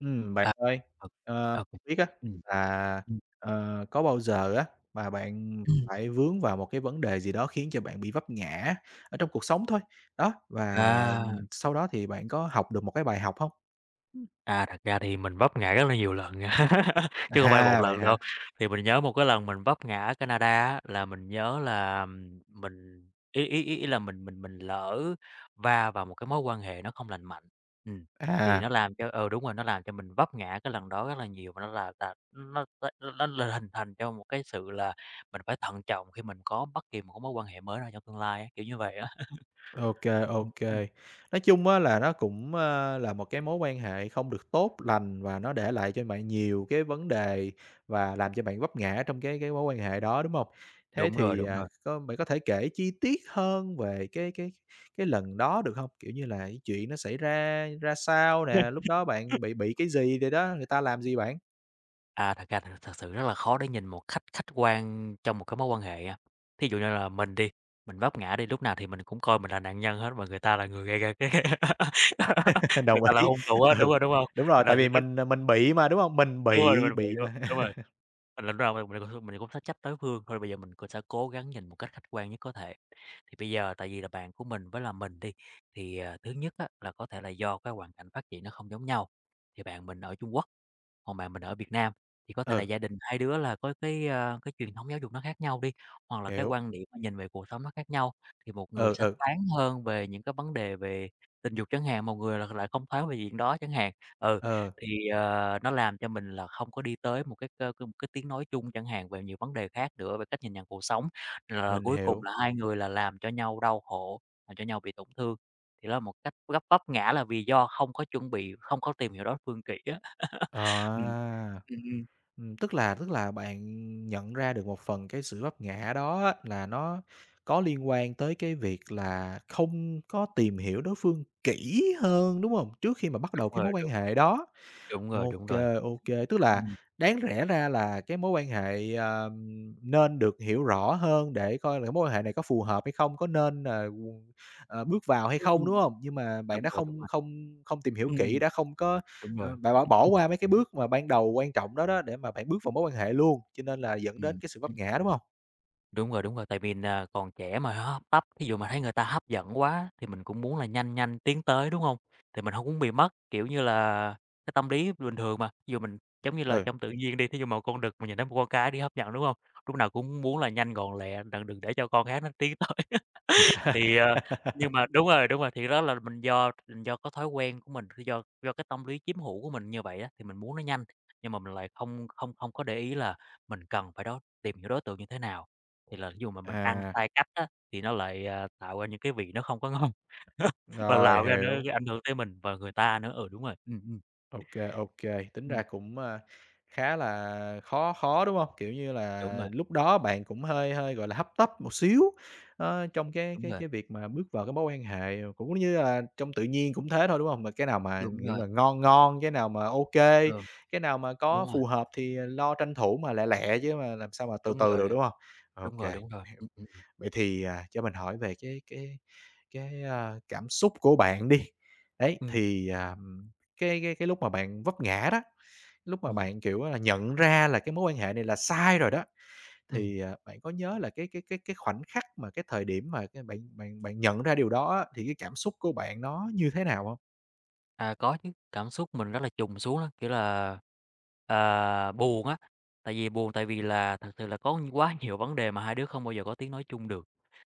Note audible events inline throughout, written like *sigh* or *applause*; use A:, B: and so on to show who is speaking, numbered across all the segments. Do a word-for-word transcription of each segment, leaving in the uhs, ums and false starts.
A: Ừm, bạn
B: À,
A: ơi,
B: thật
A: ờ,
B: ờ,
A: không biết á
B: ừm,
A: là,
B: ừm,
A: ờ, có bao giờ á mà bạn
B: ừm,
A: phải vướng vào một cái vấn đề gì đó khiến cho bạn bị vấp ngã ở trong cuộc sống thôi, đó, và
B: à,
A: sau đó thì bạn có học được một cái bài học hông? Ừm.
B: à, thật ra thì mình vấp ngã rất là nhiều lần *laughs* chứ không phải một
A: À, vậy
B: lần đâu.
A: hả?
B: Thì mình nhớ một cái lần mình vấp ngã ở Canada á, là mình nhớ là ừm, mình ý ý ý ý là mình mình mình lỡ va vào một cái mối quan hệ nó không lành mạnh. ừm, thì nó
A: À.
B: làm cho ờ đúng rồi, nó làm cho mình vấp ngã cái lần đó rất là nhiều, và nó là là nó nó nó là hình thành cho một cái sự là mình phải thận trọng khi mình có bất kỳ một cái mối quan hệ mới nào trong tương lai á, kiểu như vậy á. *laughs*
A: OK.
B: Ừm, ừm.
A: OK. Nói chung á là nó cũng, ơ, là một cái mối quan hệ không được tốt lành và nó để lại cho bạn nhiều cái vấn đề và làm cho bạn vấp ngã trong cái cái mối quan hệ đó, đúng không? Thế
B: Đúng rồi,
A: thì,
B: đúng
A: à,
B: rồi.
A: có bạn có thể kể chi tiết hơn về cái cái cái lần đó được không? Kiểu như là, cái chuyện nó xảy ra ra sao nè, lúc đó bạn bị bị cái gì rồi đó, người ta làm gì bạn?
B: À, thật ra thật thật sự rất là khó để nhìn một khách khách quan trong một cái mối quan hệ á. Thí dụ như là mình đi, mình vấp ngã đi, lúc nào thì mình cũng coi mình là nạn nhân hết, mà người ta là người gây ra cái
A: *laughs*
B: *laughs* người
A: Đồng
B: ta là
A: ý,
B: hung thủ á, đúng
A: ừ,
B: rồi, đúng không?
A: đúng rồi,
B: Nên là
A: tại
B: cái
A: vì
B: lúc
A: mình, à, mình bị mà, đúng không? Mình
B: đúng rồi,
A: bị
B: mình bị
A: bị
B: đúng
A: mà.
B: đúng rồi.
A: *laughs*
B: Mình làm rồi, mình mình cũng mình cũng sẽ trách đối phương thôi, bây giờ mình cũng sẽ cố gắng nhìn một cách khách quan nhất có thể. Thì bây giờ tại vì là bạn của mình với là mình đi, thì, à, thứ nhất á là có thể là do cái hoàn cảnh phát triển nó không giống nhau. Thì bạn mình ở Trung Quốc, còn bạn mình ở Việt Nam, thì có thể
A: Ừ,
B: là gia đình hai đứa là có cái, a, cái truyền thống giáo dục nó khác nhau đi, hoặc là cái
A: hiểu,
B: quan điểm nhìn về cuộc sống nó khác nhau. Thì một người
A: ừ,
B: sẽ
A: ừ,
B: thoáng hơn về những cái vấn đề về tình dục chẳng hạn, một người là lại không thoáng về chuyện đó chẳng hạn. Ừ,
A: ờ,
B: thì, ờ, nó làm cho mình là không có đi tới một cái cơ cái một cái tiếng nói chung chẳng hạn về nhiều vấn đề khác nữa, về cách nhìn nhận cuộc sống, là
A: mình
B: cuối cùng
A: hiểu.
B: là hai người là làm cho nhau đau khổ, làm cho nhau bị tổn thương. Thì đó là một cách gấp vấp ngã là vì do không có chuẩn bị, không có tìm hiểu đối phương kỹ á. *laughs* Ừm,
A: À,
B: ừm, ừm,
A: ừm, tức là tức là bạn nhận ra được một phần cái sự vấp ngã đó á, là nó có liên quan tới cái việc là không có tìm hiểu đối phương kỹ hơn, đúng hông? Trước khi mà bắt
B: đúng
A: đầu cái mối
B: rồi,
A: quan
B: đúng,
A: hệ đó.
B: đúng rồi, đúng
A: OK.
B: rồi.
A: OK, tức là
B: Ừm,
A: đáng rẽ ra là cái mối quan hệ, ờ, nên được hiểu rõ hơn để coi là cái mối quan hệ này có phù hợp hay không, có nên, ờ, ờ, bước vào hay
B: Ừm,
A: không, đúng
B: ừm.
A: không? Nhưng mà bạn
B: Đúng
A: đã
B: rồi, đúng
A: không
B: rồi.
A: không không tìm hiểu kỹ,
B: Ừm,
A: đã không có,
B: đúng rồi,
A: ờ, bạn bỏ bỏ qua mấy cái bước mà ban đầu quan trọng đó đó để mà bạn bước vào mối quan hệ luôn, cho nên là dẫn đến
B: ừm.
A: cái sự vấp ngã, đúng không?
B: Đúng rồi, đúng rồi, tại vì nà còn trẻ mà hấp tấp, thí dụ mà thấy người ta hấp dẫn quá thì mình cũng muốn là nhanh nhanh tiến tới, đúng không? Thì mình hông muốn bị mất, kiểu như là, cái tâm lý bình thường mà, thí dụ mình giống như là
A: Ừ.
B: trong tự nhiên đi, thí dụ mà con đực mình nhìn thấy một con cá đi hấp dẫn, đúng hông? Lúc nào cũng muốn là nhanh gọn lẹ, đặng đừng để cho con khác nó tiến tới. Thì, ờ, nhưng
A: *laughs*
B: mà đúng rồi, đúng rồi, thì đó là mình do mình do có thói quen của mình, do do cái tâm lý chiếm hữu của mình như vậy á, thì mình muốn nó nhanh, nhưng mà mình lại không không không có để ý là mình cần phải đó tìm hiểu đối tượng như thế nào. Thì là ví dụ mà mình ăn
A: À,
B: sai cách á, thì nó lại, à, tạo ra những cái vị nó không có ngon, *laughs* và
A: rồi,
B: lạo ra nó
A: hiểu.
B: ảnh hưởng tới mình và người ta nữa. Ừ, đúng rồi, ừm, ừm.
A: OK. OK, tính
B: Ừm,
A: ra cũng, a, khá là khó khó, đúng không? Kiểu như
B: đúng
A: là,
B: rồi,
A: lúc đó bạn cũng hơi hơi, gọi là, hấp tấp một xíu, ơ, trong cái
B: đúng
A: cái
B: rồi,
A: cái việc mà bước vào cái mối quan hệ, cũng như là trong tự nhiên cũng thế thôi, đúng không? Mà cái nào mà
B: đúng
A: nghĩa
B: rồi,
A: là ngon ngon, cái nào mà OK,
B: ừ,
A: cái nào mà
B: đúng
A: có
B: rồi,
A: phù hợp thì lo tranh thủ mà lẹ lẹ chứ mà làm sao mà từ
B: đúng
A: từ được,
B: rồi,
A: đúng không?
B: đúng
A: OK,
B: rồi, đúng rồi, đúng
A: mình
B: rồi.
A: hiểu.
B: Ừm, ừm,
A: Vậy thì, à, cho mình hỏi về cái cái cái, a, cảm xúc của bạn đi, đấy,
B: ừm.
A: thì, ờm, cái cái cái lúc mà bạn vấp ngã đó, lúc mà bạn, kiểu là, nhận ra là cái mối quan hệ này là sai rồi đó, thì, à, bạn có nhớ là cái cái cái cái khoảnh khắc mà cái thời điểm mà cái bạn bạn bạn nhận ra điều đó á, thì cái cảm xúc của bạn nó như thế nào không?
B: À, có chứ, cảm xúc mình rất là chùng xuống đó, kiểu là, à, buồn á, tại vì buồn tại vì là thật sự là có quá nhiều vấn đề mà hai đứa không bao giờ có tiếng nói chung được.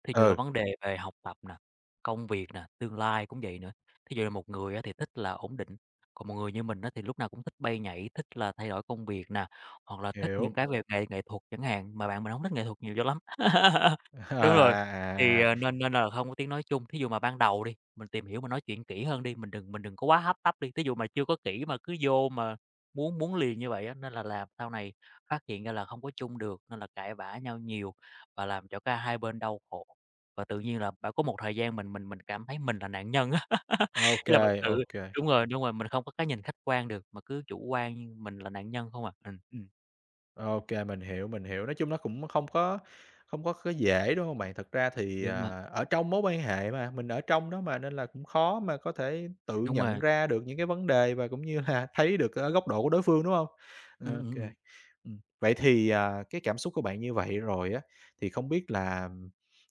B: Thí dụ là
A: Ừ,
B: vấn đề về học tập nè, công việc nè, tương lai cũng vậy nữa. Thí dụ là một người á thì thích là ổn định, còn một người như mình á thì lúc nào cũng thích bay nhảy, thích là thay đổi công việc nè, hoặc là thích những
A: hiểu.
B: cái về nghệ nghệ thuật chẳng hạn, mà bạn mình hổng thích nghệ thuật nhiều cho lắm. *laughs*
A: *laughs*
B: Đúng rồi. Thì,
A: À, à,
B: ờ, nên nên là không có tiếng nói chung. Thí dụ mà ban đầu đi, mình tìm hiểu, mình nói chuyện kỹ hơn đi, mình đừng mình đừng có quá hấp tấp đi. Thí dụ mà chưa có kỹ mà cứ vô mà muốn muốn liền như vậy á, nên là làm sau này phát hiện ra là không có chung được, nên là cãi vã nhau nhiều và làm cho cả hai bên đau khổ. Và tự nhiên là phải có một thời gian mình mình mình cảm thấy mình là nạn nhân á. *laughs*
A: à,
B: Ý là mình
A: ô,
B: tự Đúng rồi, đúng rồi, mình không có cái nhìn khách quan được, mà cứ chủ quan mình là nạn nhân không à. Ừm, ừm,
A: OK, mình hiểu, mình hiểu. Nói chung nó cũng không có không có có dễ, đúng hông bạn? Thật ra thì,
B: đúng rồi,
A: à, ở trong mối quan hệ mà, mình ở trong đó mà, nên là cũng khó mà có thể tự
B: đúng
A: nhận
B: rồi.
A: ra được những cái vấn đề và cũng như là *laughs* thấy được, ơ, góc độ của đối phương, đúng không?
B: Ừm, ừm,
A: OK.
B: ừm.
A: Ừm, vậy thì, à, cái cảm xúc của bạn như vậy rồi á, thì không biết là,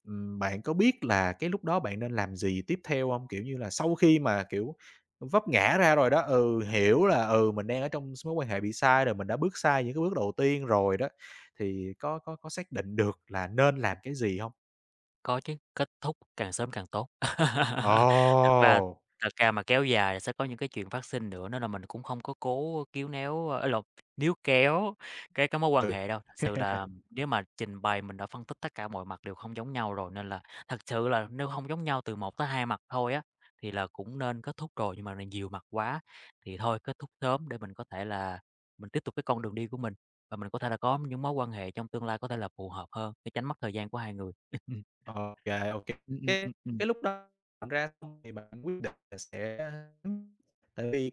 A: ừm, bạn có biết là cái lúc đó bạn nên làm gì tiếp theo không? Kiểu như là, sau khi mà, kiểu, vấp ngã ra rồi đó, ừ, hiểu là, ừ, mình đang ở trong mối quan hệ bị sai rồi, mình đã bước sai những cái bước đầu tiên rồi đó, thì có có có xác định được là nên làm cái gì không?
B: Có chứ, kết thúc càng sớm càng tốt. *laughs* Thật ra
A: Ồ!
B: thật ra mà kéo dài là sẽ có những cái chuyện phát sinh nữa, nên là mình cũng không có cố kíu néo, a, lộn, níu kéo cái cái mối quan
A: Ừ.
B: hệ đâu. Thật sự là nếu mà trình bày mình đã phân tích tất cả mọi mặt đều không giống nhau rồi, nên là thật sự là nếu không giống nhau từ một tới hai mặt thôi á, thì là cũng nên kết thúc rồi, nhưng mà này nhiều mặt quá thì thôi kết thúc sớm để mình có thể là mình tiếp tục cái con đường đi của mình, và mình có thể là có những mối quan hệ trong tương lai có thể là phù hợp hơn để tránh mất thời gian của hai người.
A: Ô kê, ô kê.
B: Ừm, ừm,
A: Cái
B: ừm, ừm.
A: cái lúc đó bạn ra xong thì bạn quyết định là sẽ tại vì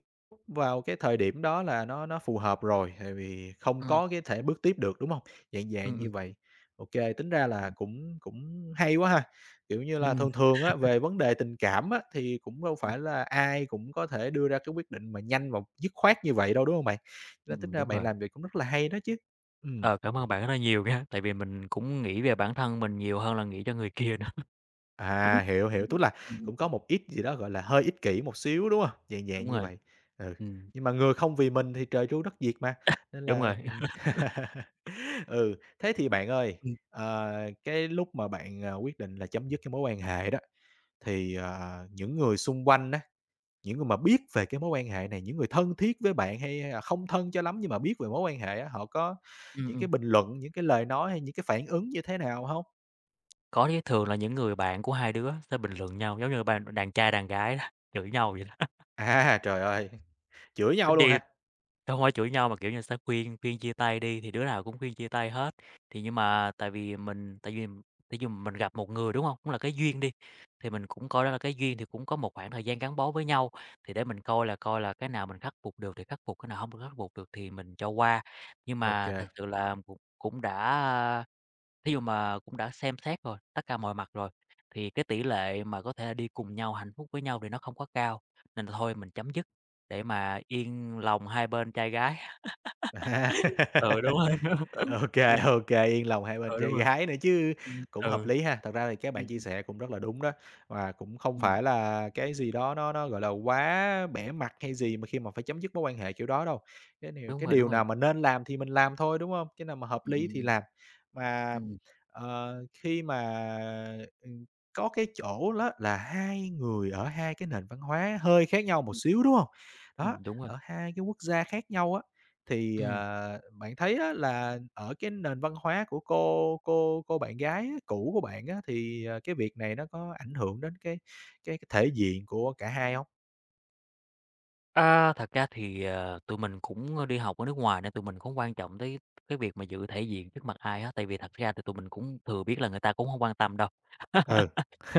A: vào cái thời điểm đó là nó nó phù hợp rồi, tại vì không
B: Ừm,
A: có cái thể bước tiếp được, đúng hông? Dạng dạng
B: ừm, ừm,
A: như vậy. Ô kê, tính ra là
B: ừm.
A: cũng cũng hay quá ha! Kiểu như là,
B: Ừm,
A: thường thường á, về vấn đề tình cảm á, thì cũng đâu
B: ừm,
A: phải là ai cũng có thể đưa ra cái quyết định mà nhanh và dứt khoát như vậy đâu, đúng hông bạn? Nên tính
B: ừm,
A: ra
B: đúng
A: bạn
B: rồi.
A: làm vậy cũng rất là hay đó chứ. Ừm.
B: Ờ, cảm ơn bạn rất là nhiều nha, tại vì mình cũng nghĩ về bản thân mình nhiều hơn là nghĩ cho người kia nữa.
A: À,
B: *laughs*
A: hiểu, hiểu, tức
B: Ừm,
A: là
B: ừm.
A: cũng có một ít gì đó, gọi là, hơi ích kỷ một xíu, đúng không? Dạng dạng
B: Đúng
A: như
B: rồi,
A: vậy, ừ,
B: ừm,
A: nhưng mà người không vì mình thì trời tru đất diệt mà, nên
B: đúng
A: là,
B: rồi.
A: ừm.
B: *laughs*
A: *laughs* Ừ, thế thì bạn ơi,
B: Ừm,
A: ờ, cái lúc mà bạn, ờ, quyết định là chấm dứt cái mối quan hệ đó, thì, ờ, những người xung quanh á, những người mà biết về cái mối quan hệ này, những người thân thiết với bạn hay hay là không thân cho lắm nhưng mà biết về mối quan hệ á, họ có
B: ừm,
A: những
B: ừm.
A: cái bình luận, những cái lời nói hay những cái phản ứng như thế nào không?
B: Có chứ, thường là những người bạn của hai đứa sẽ bình luận nhau, giống như ban đàn trai đàn gái đó, *laughs* chửi nhau vậy đó. *laughs*
A: À, trời ơi, *laughs* chửi nhau luôn
B: Ít
A: hả?
B: Không phải chửi nhau mà, kiểu như, sẽ khuyên khuyên chia tay đi, thì đứa nào cũng khuyên chia tay hết. Thì nhưng mà tại vì mình tại vì tại vì mình gặp một người, đúng không? Cũng là cái duyên đi, thì mình cũng coi đó là cái duyên, thì cũng có một khoảng thời gian gắn bó với nhau, thì để mình coi là coi là cái nào mình khắc phục được thì khắc phục, cái nào không được khắc phục được thì mình cho qua. Nhưng
A: OK
B: mà
A: kê.
B: thật sự là cũng cũng đã thí dụ mà cũng đã xem xét rồi, tất cả mọi mặt rồi, thì cái tỷ lệ mà có thể đi cùng nhau, hạnh phúc với nhau thì nó không có cao, nên là thôi mình chấm dứt. Để mà yên lòng hai bên trai gái.
A: À.
B: Ừ, đúng rồi.
A: *laughs*
B: *laughs* Ừm,
A: Ô kê, yên lòng hai bên
B: ừ, đúng
A: trai
B: rồi.
A: gái nữa chứ,
B: Ừm,
A: cũng hợp
B: ừ.
A: lý ha. Thật ra thì các
B: Ừm,
A: bạn chia
B: ừm,
A: sẻ cũng rất là đúng đó, và cũng không
B: ừm,
A: phải là cái gì đó nó nó, gọi là, quá bẻ mặt hay gì mà khi mà phải chấm dứt mối quan hệ kiểu đó đâu. Cái điều
B: đúng
A: cái
B: rồi, đúng
A: điều
B: rồi.
A: nào mà nên làm thì mình làm thôi, đúng không? Cái nào mà hợp
B: Ừm,
A: lý thì
B: ừm,
A: làm. Mà,
B: ừm, ừm,
A: ờ, khi mà, ừm, có cái chỗ đó là hai người ở hai cái nền văn hóa hơi khác nhau một xíu, đúng không? Đó,
B: ừm, đúng rồi.
A: ở hai cái quốc gia khác nhau á, thì,
B: Ừm,
A: ờ, bạn thấy á là ở cái nền văn hóa của cô cô cô bạn gái á, cũ của bạn á, thì, ờ, cái việc này nó có ảnh hưởng đến cái cái cái thể diện của cả hai không?
B: a, thật ra thì, ờ, tụi mình cũng, đi học ở nước ngoài nên tụi mình không quan trọng tới cái việc mà giữ thể diện trước mặt ai hết, tại vì thật ra thì tụi mình cũng thừa biết là người ta cũng không quan tâm đâu.
A: Ừ,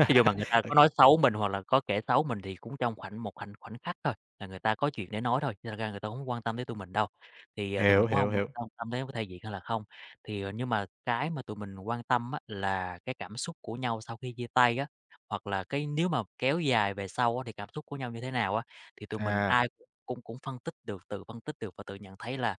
B: Thí dụ mà người ta có nói xấu mình hoặc là có kể xấu mình thì cũng trong khoảnh một khoảnh khoảnh khắc thôi, là người ta có chuyện để nói thôi, thành ra người ta hông quan tâm tới tụi mình đâu. Thì, à, tụi mình
A: hiểu,
B: cũng
A: hiểu,
B: hông quan
A: hiểu.
B: quan tâm tới có thể diện hay là không. Thì, ờ, nhưng mà cái mà tụi mình quan tâm á là cái cảm xúc của nhau sau khi chia tay á, hoặc là cái nếu mà kéo dài về sau á thì cảm xúc của nhau như thế nào á, thì tụi mình
A: À,
B: ai cũng cũng cũng phân tích được tự phân tích được và tự nhận thấy là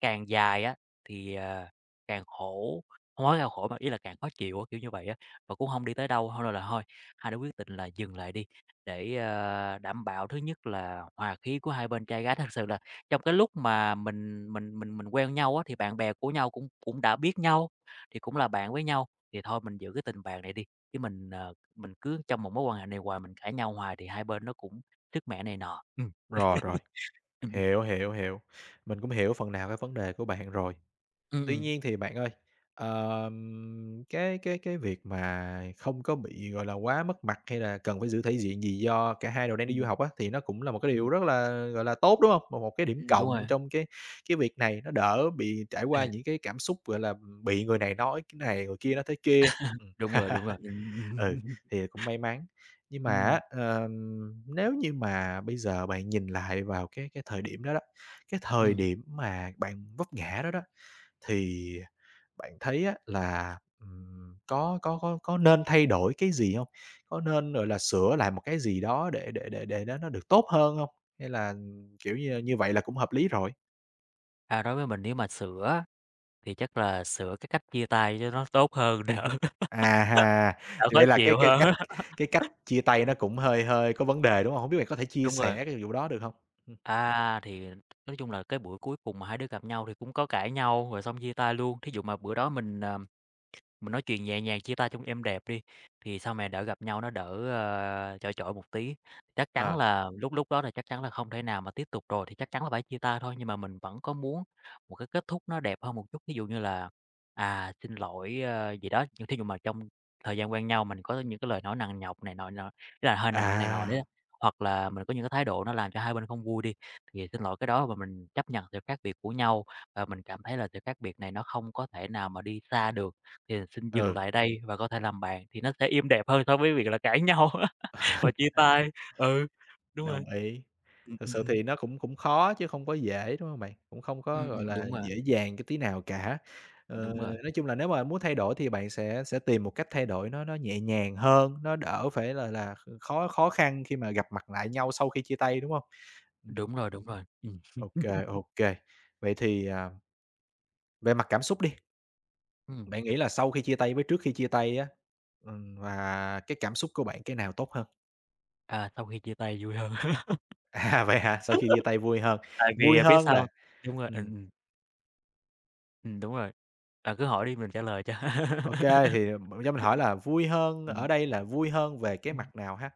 B: càng dài á thì, ờ, càng khổ, không nói là khổ mà ý là càng khó chịu á, kiểu như vậy á, và cũng không đi tới đâu. Thôi là thôi, hai đứa quyết định là dừng lại đi để, ờ, đảm bảo thứ nhất là hòa khí của hai bên trai gái. *laughs* Thật sự là trong cái lúc mà mình mình mình mình quen nhau á, thì bạn bè của nhau cũng cũng đã biết nhau, thì cũng là bạn với nhau, thì thôi mình giữ cái tình bạn này đi, chứ mình, ờ, mình cứ trong một mối quan hệ này hoài, mình cãi nhau hoài thì hai bên nó cũng sức mẻ này nọ. Ừm.
A: rồi, rồi,
B: *laughs* Ừm, ừm.
A: hiểu, hiểu, hiểu. Mình cũng hiểu phần nào cái vấn đề của bạn rồi.
B: Ừm,
A: Tuy
B: ừm.
A: nhiên thì bạn ơi, ờm, cái cái cái việc mà không có bị, gọi là, quá mất mặt hay là cần phải giữ thể diện gì do cả hai đều đang đi du
B: Ừm,
A: học á, thì nó cũng là một cái
B: ừm,
A: điều rất là, gọi là, tốt, đúng hông? Một một cái điểm
B: *laughs* đúng
A: cộng
B: rồi.
A: trong cái cái việc này, nó đỡ bị trải
B: Ừ,
A: qua những cái cảm xúc, gọi là, bị người này nói cái này, người kia nói thế kia. Ừm.
B: đúng rồi, đúng
A: *laughs*
B: rồi.
A: Ừ,
B: Ừm, *laughs*
A: thì cũng may mắn. Nhưng mà
B: ừm.
A: á, ờm, nếu như mà bây giờ bạn nhìn lại vào cái cái thời điểm đó đó, cái thời
B: Ừm.
A: điểm mà bạn vấp ngã đó đó, thì bạn thấy á là, ừm, có có có có nên thay đổi cái gì không? Có nên, gọi là, sửa lại một cái gì đó để để để để nó nó được tốt hơn không? Hay là, ừm, kiểu như như vậy là cũng hợp lý rồi?
B: À, đối với mình nếu mà sửa á, thì chắc là sửa cái cách chia tay cho nó tốt hơn, đỡ
A: À ha,
B: *laughs* đỡ
A: thì
B: khó
A: vậy là cái
B: chịu
A: cái
B: hơn
A: cách
B: á. *laughs*
A: cái cách chia tay
B: Ừm,
A: nó cũng hơi hơi có vấn đề, đúng không? Không biết bạn có thể chia
B: đúng rồi.
A: sẻ cái vụ đó được không? Ừm.
B: À, thì nói chung là cái buổi cuối cùng mà hai đứa gặp nhau thì cũng có cãi nhau rồi xong chia tay luôn. Thí dụ mà bữa đó mình, à Mình nói chuyện nhẹ nhàng, chia tay trong êm đẹp đi, thì sau này đỡ gặp nhau nó đỡ, ờ, chỏi chỏi một tí. Chắc chắn. Ờ.
A: À,
B: Là lúc lúc đó là chắc chắn là không thể nào mà tiếp tục rồi thì chắc chắn là phải chia tay thôi, nhưng mà mình vẫn có muốn một cái kết thúc nó đẹp hơn một chút. Ví dụ như là, à, "Xin lỗi", ờ, gì đó, nhưng thí dụ mà trong thời gian quen nhau mình có những cái lời nói nặng nhọc này nọ nọ, ý là hơi nặng này nọ đấy,
A: à,
B: hoặc là mình có những cái thái độ nó làm cho hai bên không vui đi, thì xin lỗi cái đó và mình chấp nhận sự khác biệt của nhau, và mình cảm thấy là sự khác biệt này nó không có thể nào mà đi xa được. Thì xin dừng
A: ừ.
B: lại đây và có thể làm bạn, thì nó sẽ êm đẹp hơn so với việc là cãi nhau *laughs* và chia tay. Ừ, đúng rồi.
A: Đồng ý.
B: Ừm,
A: Thực
B: ừm,
A: sự
B: ừm.
A: thì nó cũng cũng khó chứ không có dễ, đúng hông bạn? Cũng không có,
B: Ừm,
A: gọi
B: ừm,
A: là,
B: đúng rồi,
A: dễ dàng cái tí nào cả. Ờ,
B: đúng rồi,
A: nói chung là nếu mà muốn thay đổi thì bạn sẽ sẽ tìm một cách thay đổi nó nó nhẹ nhàng hơn, nó đỡ phải là là kh khó khó khăn khi mà gặp mặt lại nhau sau khi chia tay, đúng hông? Ừm,
B: đúng rồi, đúng rồi. Ừm,
A: ô kê, ô kê. Vậy thì, à, về mặt cảm xúc đi,
B: ừm,
A: bạn nghĩ là sau khi chia tay với trước khi chia tay á, ừm, và cái cảm xúc của bạn cái nào tốt hơn?
B: à, sau khi chia tay vui hơn.
A: *laughs* À, vậy hả? Sau khi chia
B: *laughs*
A: tay vui hơn,
B: Tại vì,
A: vui
B: à, biết
A: hơn
B: sao
A: là
B: hông? Đúng rồi, ừm,
A: ừm.
B: ừm, ừm, đúng rồi. À, cứ hỏi đi mình trả lời cho. *laughs*
A: OK, thì ờ, cho mình hỏi là vui hơn
B: Ừm,
A: ở đây là vui hơn về cái
B: ừm.
A: mặt nào ha?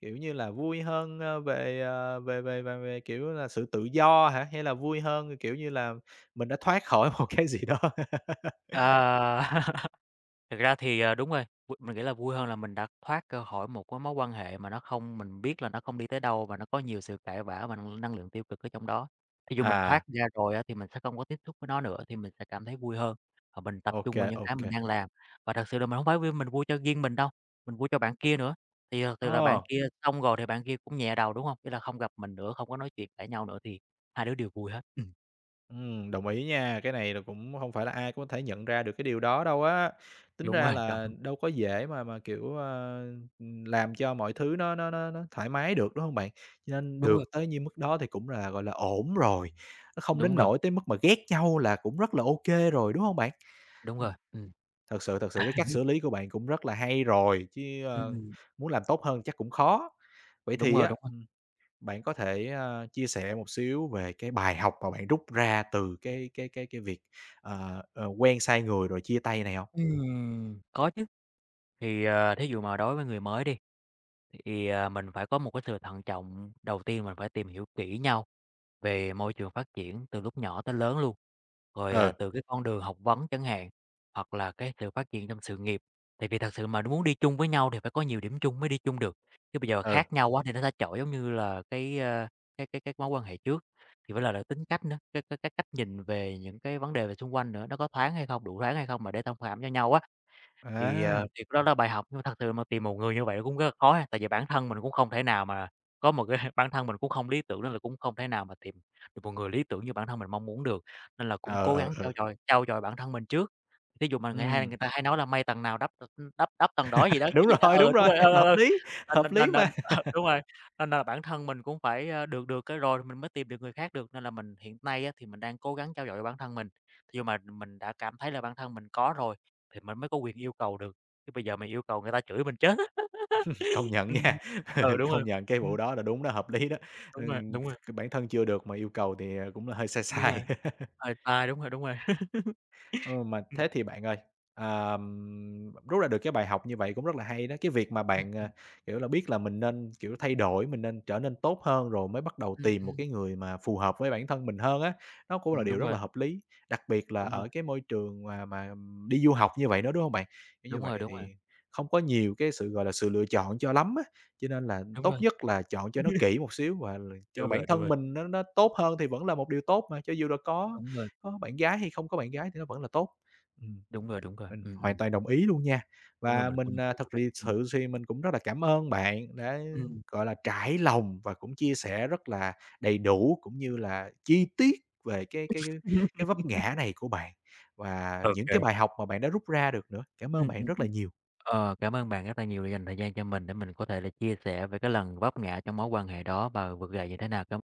A: Kiểu như là, vui hơn, ơ, về, ờ, về về về về, kiểu là, sự tự do hả? Hay là vui hơn, kiểu như là, mình đã thoát khỏi *laughs* một cái gì đó? *laughs*
B: À. Thực ra thì, ờ, đúng rồi, v mình nghĩ là vui hơn là mình đã thoát ra khỏi một cái mối quan hệ mà nó không mình biết là nó không đi tới đâu và nó có nhiều sự cãi vã và năng năng lượng tiêu cực ở trong đó. Thí dụ mình thoát
A: À,
B: ra rồi á, thì mình sẽ không có tiếp xúc với nó nữa thì mình sẽ cảm thấy vui hơn, và mình tập
A: OK,
B: trung vào những cái mình
A: OK.
B: đang làm. Và thật sự là mình không phải vui mình vui cho riêng mình đâu, mình vui cho bạn kia nữa, thì thật sự là bạn
A: Ờ.
B: kia xong rồi thì bạn kia cũng nhẹ đầu, đúng không, tức là không gặp mình nữa, không có nói chuyện cãi nhau nữa thì hai đứa đều vui hết. Ừm,
A: Ừm, đồng ý nha, cái này là cũng không phải là ai cũng có thể nhận ra được cái điều đó đâu á. Tính
B: đúng
A: ra
B: rồi, cảm
A: là
B: ơn.
A: đâu có dễ mà mà, kiểu, ờ, ừm, làm cho mọi thứ nó nó nó nó thoải mái được, đúng không bạn? Cho nên
B: Đúng
A: được
B: rồi,
A: tới như mức đó thì cũng là, gọi là, ổn rồi, nó không
B: đúng
A: đến
B: rồi,
A: nỗi tới mức mà ghét nhau là cũng rất là ok rồi, đúng không bạn?
B: đúng rồi,
A: Ừm,
B: ừm.
A: thật sự thật sự cái cách xử lý của bạn cũng rất là hay rồi, chứ,
B: Ừm,
A: ơ,
B: ừm, *laughs*
A: muốn làm tốt hơn chắc cũng khó. Vậy
B: đúng
A: thì
B: rồi,
A: á
B: đúng rồi.
A: bạn có thể, a, chia sẻ một xíu về cái bài học mà bạn rút ra từ cái cái cái cái việc, ờ, ờ, quen sai người rồi chia tay này không?
B: Ừm, có chứ. Thì, ờ, thí dụ mà đối với người mới đi, thì, à, mình phải có một cái sự thận trọng, đầu tiên mình phải tìm hiểu kỹ nhau về môi trường phát triển từ lúc nhỏ tới lớn luôn, rồi, à,
A: Ừ,
B: từ cái con đường học vấn chẳng hạn, hoặc là cái sự phát triển trong sự nghiệp. Tại vì thật sự mà muốn đi chung với nhau thì phải có nhiều điểm chung mới đi chung được, chứ bây giờ
A: ừ,
B: khác nhau quá thì nó sẽ chọi giống như là cái, a, cái cái cái mối quan hệ trước. Thì với lại là tính cách nữa, cái cái cái cách nhìn về những cái vấn đề về xung quanh nữa, nó có thoáng hay không, đủ thoáng hay không mà để thông cảm cho nhau á. Thì, ờ,
A: à,
B: thì đó là bài học, nhưng mà thật sự mà tìm một người như vậy cũng rất là khó ha, tại vì bản thân mình cũng không thể nào mà có một cái *laughs* bản thân mình cũng không lý tưởng nên là cũng không thể nào mà tìm được một người lý tưởng như bản thân mình mong muốn được, nên là cũng
A: ờ,
B: cố
A: ờ,
B: gắng
A: ờ, ừ,
B: trau dồi trau dồi bản thân mình trước. Thí dụ mà người hay người ta hay nói là "may tầng nào đắp t đắp đắp tầng đó" gì đó,
A: *laughs*
B: cái
A: đúng
B: gì đó.
A: rồi,
B: Ừ,
A: đúng
B: đúng
A: rồi,
B: rồi, ừ,
A: *laughs*
B: ừ,
A: hợp
B: ừ.
A: lý,
B: Nên
A: hợp
B: nên
A: lý
B: nên
A: mà.
B: nên *laughs*
A: *laughs*
B: ờ, đúng rồi, nên là bản thân mình cũng phải, ơ, được được cái rồi mình mới tìm được người khác được, nên là mình hiện nay á thì mình đang cố gắng trau dồi cho bản thân mình. Thí dụ mà mình đã cảm thấy là bản thân mình có rồi thì mình mới có quyền yêu cầu được, chứ bây giờ mình yêu cầu người ta chửi mình chết á.
A: Công nhận
B: Ừm,
A: nha,
B: ừ, đúng
A: *laughs*
B: rồi,
A: công nhận cái
B: ừm,
A: vụ đó là đúng đó, hợp lý đó.
B: đúng rồi,
A: Ừm,
B: đúng rồi,
A: bản thân chưa được mà yêu cầu thì, ờ, cũng là hơi sai
B: đúng rồi,
A: sai. *laughs*
B: hơi tai, đúng rồi, đúng rồi. *laughs*
A: Ừ, mà
B: Ừm.
A: thế thì bạn ơi, ờm, rút ra được cái bài học như vậy cũng rất là hay đó. Cái việc mà bạn,
B: Ừm,
A: à, kiểu là, biết là mình nên, kiểu, thay đổi, mình nên trở nên tốt hơn rồi mới bắt đầu
B: ừm,
A: tìm một
B: ừm,
A: cái người mà phù hợp với bản thân mình hơn á, nó cũng là
B: ừm,
A: điều
B: đúng
A: rất
B: rồi,
A: là hợp lý, đặc biệt là
B: đúng rồi,
A: ở cái môi trường mà mà đi du học như vậy nữa, đúng không bạn? Kiểu như
B: đúng rồi,
A: vậy
B: đúng rồi,
A: thì không có nhiều cái sự, gọi là, sự lựa chọn cho lắm á, cho nên là
B: đúng
A: tốt
B: rồi.
A: nhất là chọn cho nó kỹ một xíu và cho
B: Đúng
A: bản
B: rồi, đúng
A: thân
B: rồi.
A: mình nó nó tốt hơn thì vẫn là một điều tốt mà, cho dù là có
B: Đúng rồi,
A: có bạn gái hay không có bạn gái thì nó vẫn là tốt. Ừm,
B: đúng rồi, đúng rồi,
A: mình
B: ừm,
A: hoàn
B: ừm,
A: toàn đồng ý luôn nha.
B: đúng rồi,
A: Và
B: mình cũng
A: mình,
B: đồng
A: à,
B: ý với
A: thật
B: bạn,
A: lì
B: ừm,
A: sự thì mình cũng rất là cảm ơn bạn đã,
B: ừm.
A: gọi là, trải lòng và cũng chia sẻ rất là đầy đủ, cũng như là chi tiết về cái cái cái cái
B: *laughs*
A: vấp ngã này của bạn và
B: Ô
A: những
B: kê.
A: cái bài học mà bạn đã rút ra được nữa. Cảm ơn
B: Ừm,
A: bạn
B: ừm,
A: rất là
B: ừm.
A: nhiều.
B: Ờ, cảm ơn bạn rất là nhiều đã dành thời gian cho mình để mình có thể là chia sẻ về cái lần vấp ngã trong mối quan hệ đó và vượt dậy như thế nào. Cám